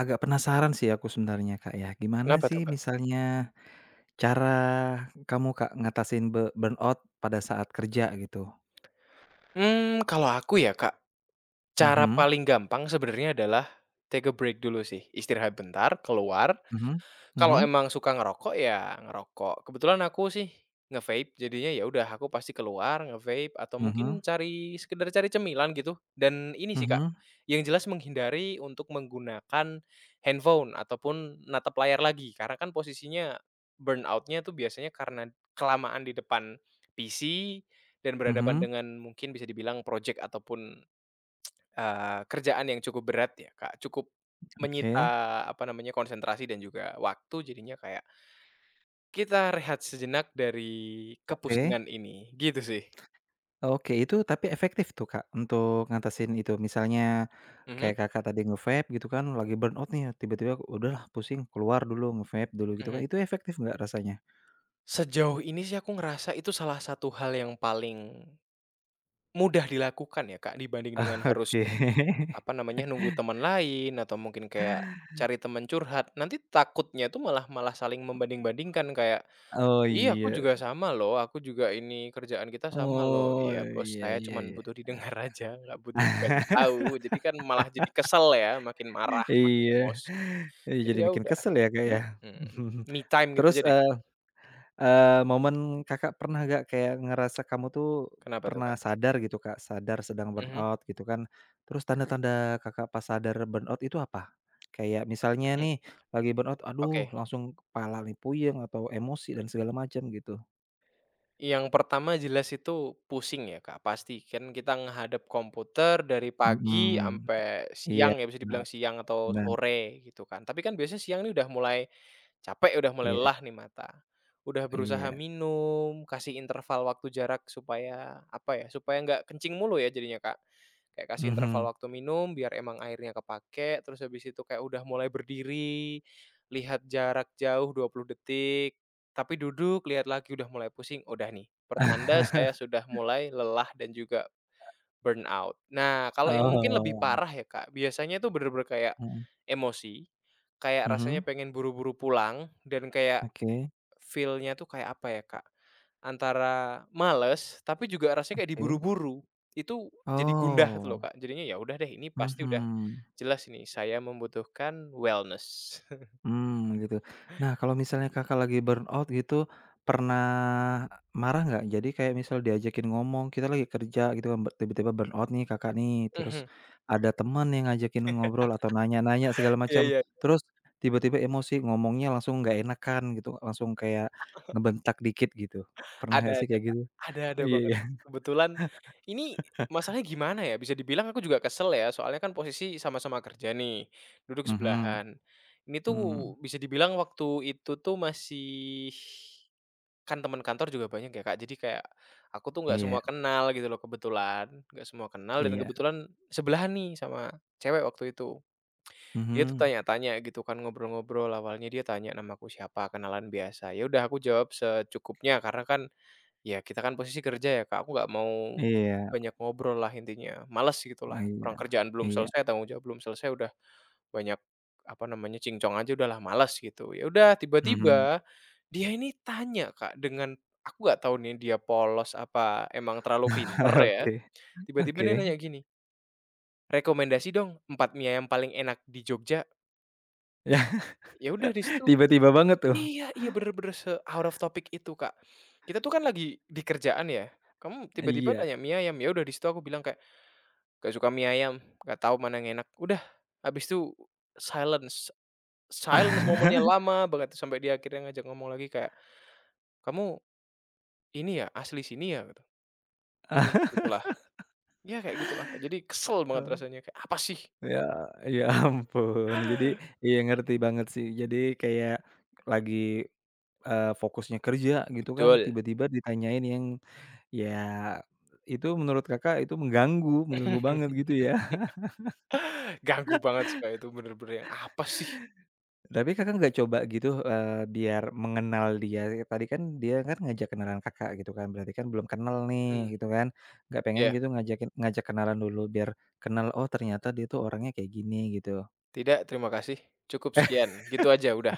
Agak penasaran sih aku sebenarnya, Kak, ya. Gimana Kenapa tuh, sih Kak? misalnya cara kamu, Kak, ngatasin burnout pada saat kerja gitu? Kalau aku ya, Kak, cara Mhm paling gampang sebenarnya adalah take a break dulu sih, istirahat bentar, keluar. mhm Kalau mhm emang suka ngerokok, ya ngerokok. Kebetulan aku sih nge-vape, jadinya ya udah aku pasti keluar nge-vape atau mungkin mhm cari sekedar cari cemilan gitu. Dan ini sih, Kak, mhm yang jelas menghindari untuk menggunakan handphone ataupun natap layar lagi, karena kan posisinya burnout-nya tuh biasanya karena kelamaan di depan PC dan berhadapan mhm. dengan mungkin bisa dibilang project ataupun kerjaan yang cukup berat ya, Kak, cukup Oke menyita, apa namanya, konsentrasi dan juga waktu, jadinya kayak kita rehat sejenak dari oke kepusingan ini, gitu sih. oke. Itu tapi efektif tuh, Kak, untuk ngatasin itu? Misalnya Mhm kayak Kakak tadi nge-vape gitu kan, lagi burnout nih, tiba-tiba udahlah pusing, keluar dulu, nge-vape dulu gitu mhm. kan, itu efektif nggak rasanya? Sejauh ini sih aku ngerasa itu salah satu hal yang paling mudah dilakukan ya, Kak, dibanding dengan harus, Oke. apa namanya, nunggu teman lain atau mungkin kayak cari teman curhat. Nanti takutnya itu malah malah saling membanding-bandingkan kayak, Oh, "Iya, aku iya. juga sama loh, aku juga ini kerjaan kita sama loh." Oh, Iya, bos iya saya iya cuman iya. butuh didengar aja, nggak butuh dikasih tahu. Jadi kan malah jadi kesel ya, makin marah, makin Iya, emosi. iya Jadi jadi ya makin udah, kesel ya, Kak, ya. mhm, Mhm. me time gitu Terus, aja deh. eee eee, momen Kakak pernah nggak kayak ngerasa kamu tuh Kenapa tuh, pernah Kak? sadar gitu, Kak, sadar sedang Mhm burnout gitu kan, terus tanda-tanda Kakak pas sadar burnout itu apa? Kayak misalnya mhm, nih lagi burnout, oke. aduh langsung kepala nih puyeng atau emosi dan segala macam gitu? Yang pertama jelas itu pusing ya, Kak, pasti. Kan kita ngehadap komputer dari pagi Mhm, sampai iya, siang ya, bisa benar dibilang siang atau benar, sore gitu kan. Tapi kan biasanya siang ini udah mulai capek udah mulai iya lelah nih mata, udah berusaha iya, minum, kasih interval waktu jarak supaya, apa ya, supaya nggak kencing mulu ya jadinya, Kak. Kayak kasih mhm. interval waktu minum biar emang airnya kepake, terus habis itu kayak udah mulai berdiri, lihat jarak jauh 20 detik, tapi duduk, lihat lagi udah mulai pusing, udah nih, pertanda saya sudah mulai lelah dan juga burnout. Nah, kalau yang mungkin lebih Oh, parah ya, Kak, biasanya itu bener-bener kayak mhm emosi, kayak rasanya mhm, pengen buru-buru pulang dan kayak oke feel-nya tuh kayak apa ya, Kak, antara males tapi juga rasanya kayak oke, diburu-buru. Itu jadi gundah tuh loh, oh. Kak. Jadinya ya udah deh ini pasti udah Mhm, jelas ini saya membutuhkan wellness. mmm, gitu. Nah, kalau misalnya Kakak lagi burnout gitu, pernah marah nggak? Jadi kayak misal diajakin ngomong, kita lagi kerja gitu kan, tiba-tiba burnout nih Kakak nih, terus Mhm, ada teman yang ngajakin ngobrol atau nanya-nanya segala iya macam, iya. terus tiba-tiba emosi, ngomongnya langsung nggak enakan gitu, langsung kayak ngebentak dikit gitu. Pernah nggak sih Ada, kayak Kak, gitu? Ada Iya banget. iya. Kebetulan ini masalahnya gimana ya, bisa dibilang aku juga kesel ya, soalnya kan posisi sama-sama kerja nih, duduk Mhm, sebelahan. Ini tuh mhm. bisa dibilang waktu itu tuh masih, kan teman kantor juga banyak ya, Kak, jadi kayak aku tuh nggak semua Iya kenal gitu loh kebetulan, nggak semua kenal dan iya. kebetulan sebelahan nih sama cewek waktu itu. Dia tuh Mhm. tanya-tanya gitu kan, ngobrol-ngobrol, awalnya dia tanya namaku siapa, kenalan biasa. Ya udah aku jawab secukupnya karena kan ya kita kan posisi kerja ya Kak, aku nggak mau Iya, banyak ngobrol lah intinya, males gitu lah, oh iya, orang kerjaan belum iya. selesai, tanggung jawab belum selesai udah banyak, apa namanya, cingcong aja udahlah males gitu. Ya udah Mhm. tiba-tiba, dia ini tanya Kak dengan aku nggak tahu nih dia polos apa emang terlalu pinter ya, Oke. tiba-tiba Oke, dia nanya gini, "Rekomendasi dong 4 mie ayam paling enak di Jogja." ya Ya udah di situ. tiba-tiba banget tuh. Iya iya, bener bener se-out of topic itu, Kak. Kita tuh kan lagi di kerjaan ya, kamu tiba-tiba Iya. nanya mie ayam, ya udah di situ aku bilang kayak, "Nggak suka mie ayam, nggak tahu mana yang enak." Udah, habis itu silence silence momennya lama banget sampai dia akhirnya ngajak ngomong lagi kayak, "Kamu ini ya, asli sini ya?" Gitu. "Mmm, gitulah." Ya kayak gitulah, Kak. Jadi kesel banget Oh, rasanya kayak, "Apa sih?" ya ya ampun. Jadi iya ngerti banget sih. Jadi kayak lagi, fokusnya kerja gitu kan, "Betul." tiba-tiba ditanyain yang ya itu menurut Kakak itu mengganggu mengganggu banget gitu ya? Ganggu banget sih, Kak, itu bener-bener yang, "Apa sih?" Tapi Kakak nggak coba gitu, biar mengenal dia, tadi kan dia kan ngajak kenalan Kakak gitu kan, berarti kan belum kenal nih Mhm, gitu kan, nggak pengen iya. gitu ngajak kenalan dulu biar kenal, oh ternyata dia tuh orangnya kayak gini gitu? "Tidak, terima kasih. Cukup sekian." Gitu aja udah.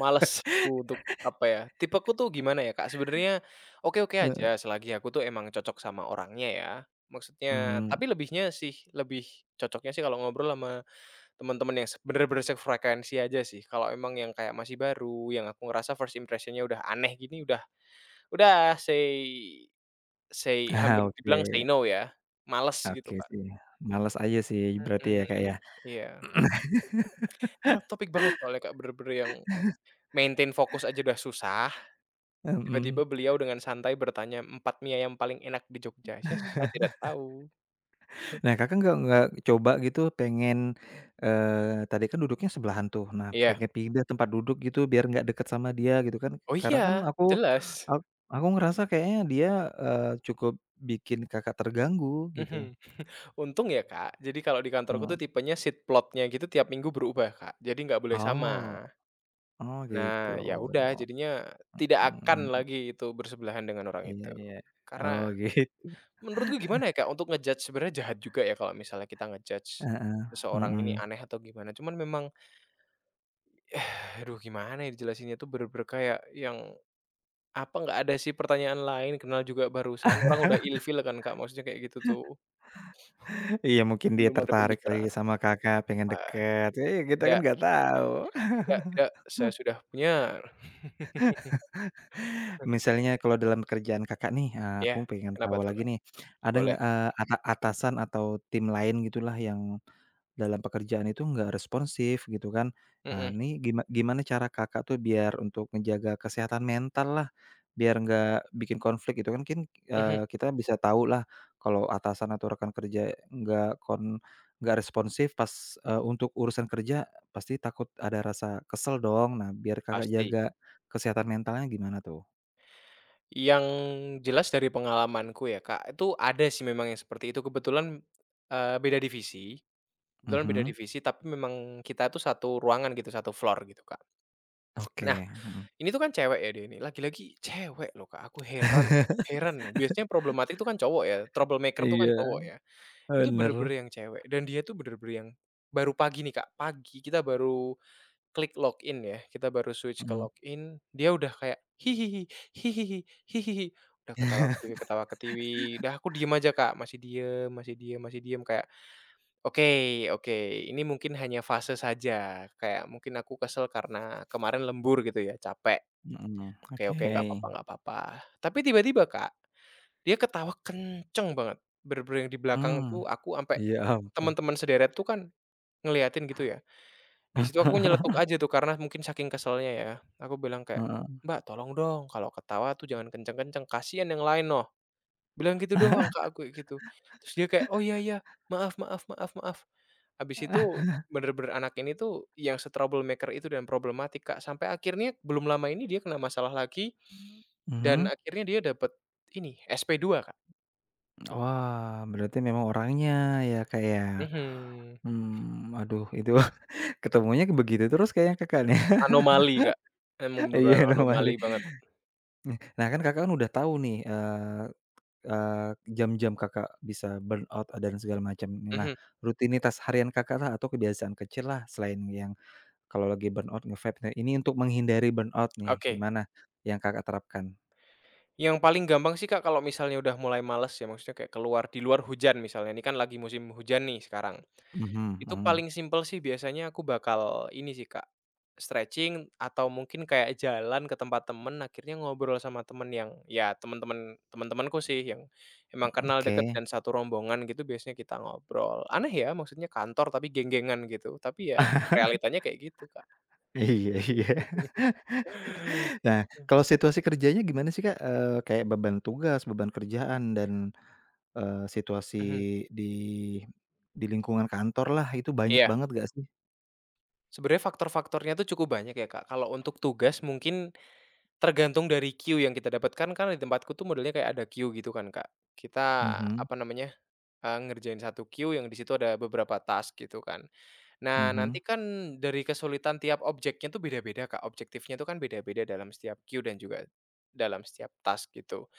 Males aku, untuk apa ya, tipeku tuh gimana ya, Kak, sebenarnya oke-oke Heeh. aja selagi aku tuh emang cocok sama orangnya ya. Maksudnya Mmm, tapi lebihnya sih, lebih cocoknya sih kalau ngobrol sama teman-teman yang bener-bener sefrekuensi aja sih. Kalau emang yang kayak masih baru, yang aku ngerasa first impression-nya udah aneh gini, udah say say ah, hampir oke dibilang say no ya, males gitu, oke Kak. sih, males aja sih berarti ya, Mhm, Kak, ya? iya. Out of topic banget soalnya, Kak, bener-bener yang maintain fokus aja udah susah. Tiba-tiba Mhm. beliau dengan santai bertanya, "Empat mie ayam paling enak di Jogja?" Saya tidak tahu. Nah, Kakak nggak coba gitu pengen, tadi kan duduknya sebelahan tuh, nah Iya. pengen pindah tempat duduk gitu biar nggak deket sama dia gitu kan, Oh karena kan iya, jelas. ak aku ngerasa kayaknya dia, cukup bikin Kakak terganggu gitu, Mhm. Untung ya, Kak, jadi kalau di kantorku tuh heeh. tipenya seat plotnya gitu tiap minggu berubah, Kak, jadi nggak boleh sama. Oh oh gitu, Nah, ya udah jadinya tidak akan mhm, lagi itu bersebelahan dengan orang iya itu. iya, Karena oh gitu. menurutku gimana ya, Kak, untuk ngejudge sebenarnya jahat juga ya kalau misalnya kita ngejudge Heeh, judge seseorang ini mhm. aneh atau gimana, cuman memang eh, aduh gimana ya jelasinnya tuh bener-bener kayak yang apa nggak ada sih pertanyaan lain, kenal juga barusan, orang udah ilfil kan, Kak, maksudnya kayak gitu tuh, Iya mungkin dia belum ada tertarik lagi pembicaraan. sama Kakak, pengen Wah, deket, iya kita kan tidak nggak tahu. tidak tidak, saya sudah punya. Misalnya kalau dalam kerjaan Kakak nih, Iya, aku pengen kenapa tahu tuh, lagi Kak? nih, ada Boleh. nggak, atasan atau tim lain gitulah yang dalam pekerjaan itu nggak responsif gitu kan. Nah Mhm, ini gimana cara Kakak tuh biar untuk menjaga kesehatan mentallah, biar nggak bikin konflik gitu kan mungkin, mhm, kita bisa tahulah kalau atasan atau rekan kerja nggak responsif pas, untuk urusan kerja pasti takut ada rasa kesel dong. Nah biar Kakak pasti. jaga kesehatan mentalnya gimana tuh? Yang jelas dari pengalamanku ya, Kak, itu ada sih memang yang seperti itu, kebetulan, beda divisi, kebetulan beda Mhm. divisi, tapi memang kita tuh satu ruangan gitu, satu floor gitu, Kak. Oke, mhm. Ini tuh kan cewek ya dia ini, lagi-lagi cewek loh, Kak, aku heran heran nih, biasanya problematik tuh kan cowok ya, troublemaker tuh kan Iya, cowok ya, ini tuh bener. bener-bener yang cewek dan dia tuh bener-bener yang baru pagi nih, Kak, pagi kita baru klik login ya, kita baru switch ke Mhm, login, dia udah kayak, "Hihihi hihihi hihihi," udah ketawa ketiwi, ketawa ketiwi. Udah aku diem aja, Kak, masih diem masih diem masih diem kayak, "Oke oke, ini mungkin hanya fase saja." Kayak mungkin aku kesel karena kemarin lembur gitu ya, capek. mhm, Oke oke, oke, nggak apa-apa nggak apa-apa. Tapi tiba-tiba Kak, dia ketawa kenceng banget, bener-bener yang di belakang mmm. tuh aku ampe Ya ampun. teman-teman sederet tuh kan ngeliatin gitu ya. Di situ aku nyeletuk aja tuh karena mungkin saking keselnya ya, aku bilang kayak, Heeh, "Mbak, tolong dong kalau ketawa tuh jangan kenceng-kenceng, kasihan yang lain loh." Bilang gitu doang ke aku kayak gitu. Terus dia kayak, "Oh iya iya, maaf maaf maaf maaf." Habis itu bener-bener anak ini tuh yang se-troublemaker itu dan problematik, Kak, sampai akhirnya belum lama ini dia kena masalah lagi dan mhm. akhirnya dia dapet ini, SP2, Kak. Wah, berarti memang orangnya ya, Kak, ya, Mhm, mmm, aduh itu ketemunya begitu terus kayaknya Kakak nih. anomali, Kak. Emang beneran Iya normally. anomali banget. Nah kan Kakak kan udah tahu nih, eee eee, jam-jam Kakak bisa burnout dan segala macam. Nah, Mhm, rutinitas harian Kakaklah atau kebiasaan kecillah selain yang kalau lagi burnout nge-vape nah ini untuk menghindari burnout nih oke. gimana yang Kakak terapkan? Yang paling gampang sih, Kak, kalau misalnya udah mulai males ya, maksudnya kayak keluar di luar hujan misalnya, ini kan lagi musim hujan nih sekarang. Mhm Itu mhm, paling simpel sih biasanya aku bakal ini sih, Kak, stretching atau mungkin kayak jalan ke tempat temen, akhirnya ngobrol sama temen yang ya temen-temenku sih yang emang kenal deket oke. dan satu rombongan gitu biasanya kita ngobrol. Aneh ya maksudnya kantor tapi genggengan gitu, tapi ya realitanya kayak gitu, Kak. Iya iya. Nah kalau situasi kerjanya gimana sih, Kak? Kayak beban tugas, beban kerjaan dan, situasi Mhm, di di lingkungan kantorlah itu banyak iya, banget gak sih? sebenarnya faktor-faktornya tuh cukup banyak ya, Kak. Kalau untuk tugas mungkin tergantung dari queue yang kita dapatkan, karena di tempatku tuh modelnya kayak ada queue gitu kan, Kak. Kita, Mhm apa namanya, ngerjain satu queue yang di situ ada beberapa task gitu kan. Nah, nanti mhm, kan dari kesulitan tiap objeknya tuh beda-beda, Kak, objektifnya tuh kan beda-beda dalam setiap queue dan juga dalam setiap task gitu.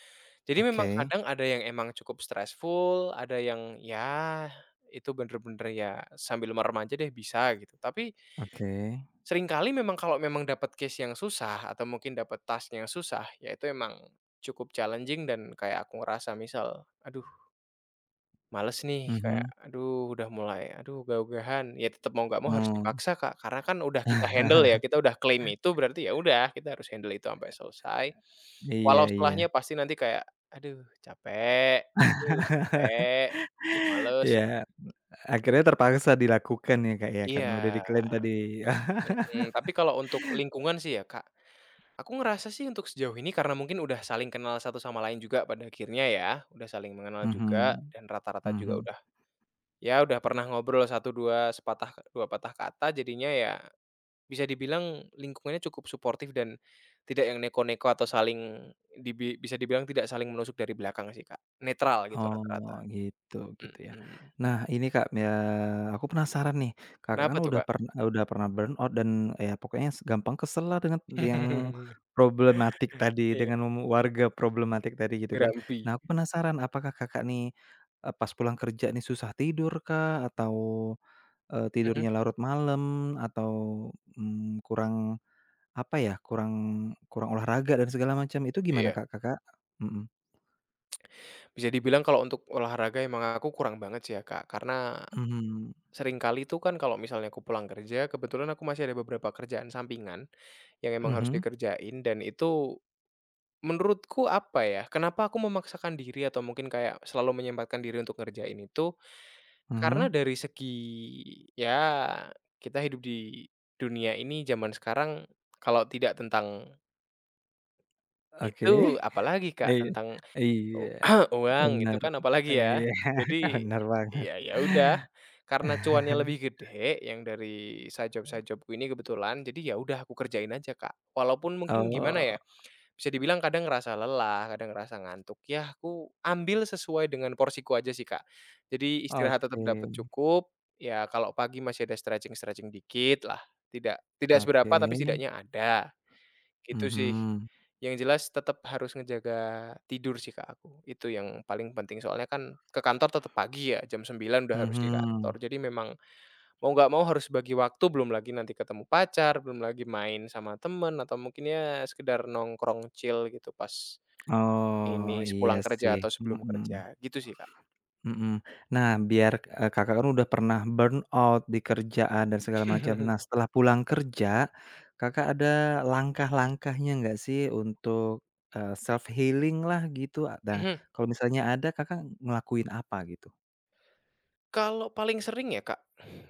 Jadi memang oke, kadang ada yang emang cukup stressful, ada yang ya itu bener-bener ya sambil merem aja deh bisa gitu. Tapi oke, seringkali memang kalau memang dapat case yang susah atau mungkin dapat task yang susah, ya itu emang cukup challenging dan kayak aku ngerasa misal, aduh males nih kayak, mhm, aduh udah mulai, aduh ogah-ogahan, ya tetap mau nggak mau harus oh, dipaksa, Kak, karena kan udah kita handle ya, kita udah klaim itu berarti ya udah kita harus handle itu sampai selesai. iya Walau iya, setelahnya pasti nanti kayak, "Aduh capek aduh capek, aduh males." iya, akhirnya terpaksa dilakukan ya Kak ya Iya, karena udah diklaim tadi. mhm, tapi kalau untuk lingkungan sih ya, Kak, aku ngerasa sih untuk sejauh ini karena mungkin udah saling kenal satu sama lain juga pada akhirnya ya, udah saling mengenal juga Mhm. dan rata-rata juga Mhm. udah ya udah pernah ngobrol satu 2 sepatah 2 patah kata jadinya ya bisa dibilang lingkungannya cukup suportif dan tidak yang neko-neko atau saling bisa dibilang tidak saling menusuk dari belakang sih, Kak. Netral gitu Oh, rata-rata. gitu gitu ya. Mhm. Nah, ini Kak, ya aku penasaran nih, Kakak Kenapa kan tuh, udah Kak? pernah udah pernah burnout dan eh, ya pokoknya gampang kesel lah dengan yang problematik tadi, Iya, dengan warga problematik tadi gitu kan. grumpy. Nah, aku penasaran apakah Kakak nih, pas pulang kerja nih susah tidur kah? Atau, Mhm, tidurnya larut malam? Atau, kurang apa ya, kurang kurang olahraga dan segala macam, itu gimana iya. Kak, Kakak? Mhm. Bisa dibilang kalau untuk olahraga emang aku kurang banget sih ya, Kak, karena Mhm. sering kali tuh kan kalau misalnya aku pulang kerja, kebetulan aku masih ada beberapa kerjaan sampingan yang emang harus Mhm. dikerjain dan itu menurutku apa ya, kenapa aku memaksakan diri atau mungkin kayak selalu menyempatkan diri untuk ngerjain itu, karena Mhm, dari segi ya kita hidup di dunia ini zaman sekarang kalau tidak tentang itu oke. apalagi Kak, Iya tentang u iya, uang itu bener. kan apalagi ya. Iya, Jadi benar banget. ya udah karena cuannya lebih gede yang dari side jobku ini kebetulan, jadi ya udah aku kerjain aja Kak. Walaupun mungkin gimana Oh, ya bisa dibilang kadang ngerasa lelah, kadang ngerasa ngantuk, ya aku ambil sesuai dengan porsiku aja sih, Kak. Jadi istirahat tetap oke dapat cukup, ya kalau pagi masih ada stretching-stretching dikit lah, tidak tidak seberapa oke. tapi setidaknya ada, gitu sih. Mhm Yang jelas tetap harus ngejaga tidur sih, Kak, aku, itu yang paling penting soalnya kan ke kantor tetap pagi ya, jam 9 udah harus di kantor, mhm. jadi memang mau nggak mau harus bagi waktu, belum lagi nanti ketemu pacar, belum lagi main sama temen, atau mungkin ya sekedar nongkrong chill gitu pas Oh, ini iya sepulang kerja sih, atau sebelum mhm kerja, gitu sih, Kak. mhm. Nah, biar, Kakak kan udah pernah burn out di kerjaan dan segala macam. Nah, Mhm. setelah pulang kerja, Kakak ada langkah-langkahnya nggak sih untuk self healing lah gitu? Nah, Mhm. kalau misalnya ada Kakak ngelakuin apa gitu? Kalau paling sering ya, Kak,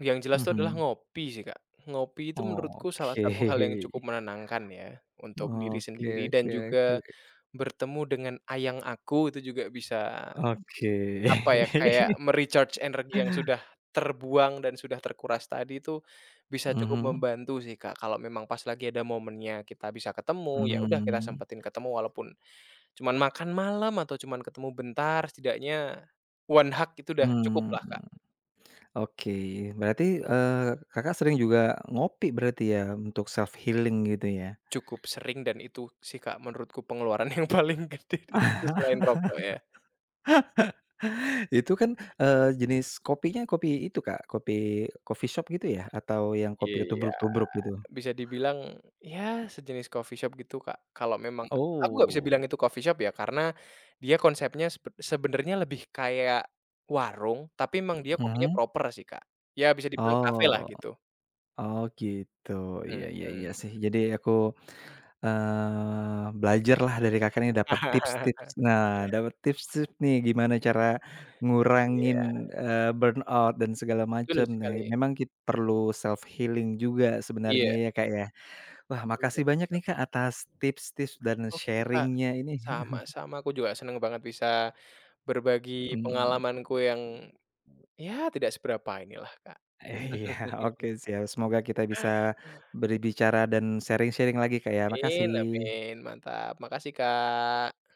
yang jelas itu adalah Mhm. ngopi sih, Kak. Ngopi itu menurutku salah Oke. satu hal yang cukup menenangkan ya untuk diri Oke sendiri dan oke oke. juga bertemu dengan ayang aku itu juga bisa. Oke. Apa ya, kayak me-recharge energi yang sudah terbuang dan sudah terkuras tadi itu, bisa cukup Mhm. membantu sih, Kak, kalau memang pas lagi ada momennya kita bisa ketemu, ya udah kita Mmm, sempetin ketemu walaupun cuman makan malam atau cuman ketemu bentar, setidaknya one hug itu udah cukup mmm. lah Kak. Oke. Berarti, Kakak sering juga ngopi berarti ya untuk self healing gitu ya? Cukup sering dan itu sih, Kak, menurutku pengeluaran yang paling gede di situ selain rokok ya. Itu kan, jenis kopinya kopi itu Kak, kopi coffee shop gitu ya? Atau yang kopi Iya. tubruk-tubruk gitu? Bisa dibilang, ya sejenis coffee shop gitu, Kak. Kalau memang aku nggak bisa bilang Oh. itu coffee shop ya, karena dia konsepnya sebenarnya lebih kayak warung, tapi emang dia kopinya Mhm. proper sih, Kak. Ya bisa dibilang kafe lah Oh gitu. oh gitu. Iya iya iya Mhm. sih. Jadi aku belajarlah dari Kakak nih dapat tips-tips. Nah, dapat tips-tips nih gimana cara ngurangin, Iya, burnout dan segala betul macam. Nah, sekali. memang perlu self healing juga sebenarnya Iya, ya, Kak, ya. Wah, makasih bener. banyak nih, Kak, atas tips-tips dan Oke, Kak. sharing-nya ini. Sama-sama, aku juga seneng banget bisa berbagi Mhm, pengalamanku yang, ya tidak seberapa inilah, Kak. iya, oke siap. Semoga kita bisa berbicara dan sharing-sharing lagi, Kak, ya. Amin Makasih. amin, mantap. Makasih, Kak.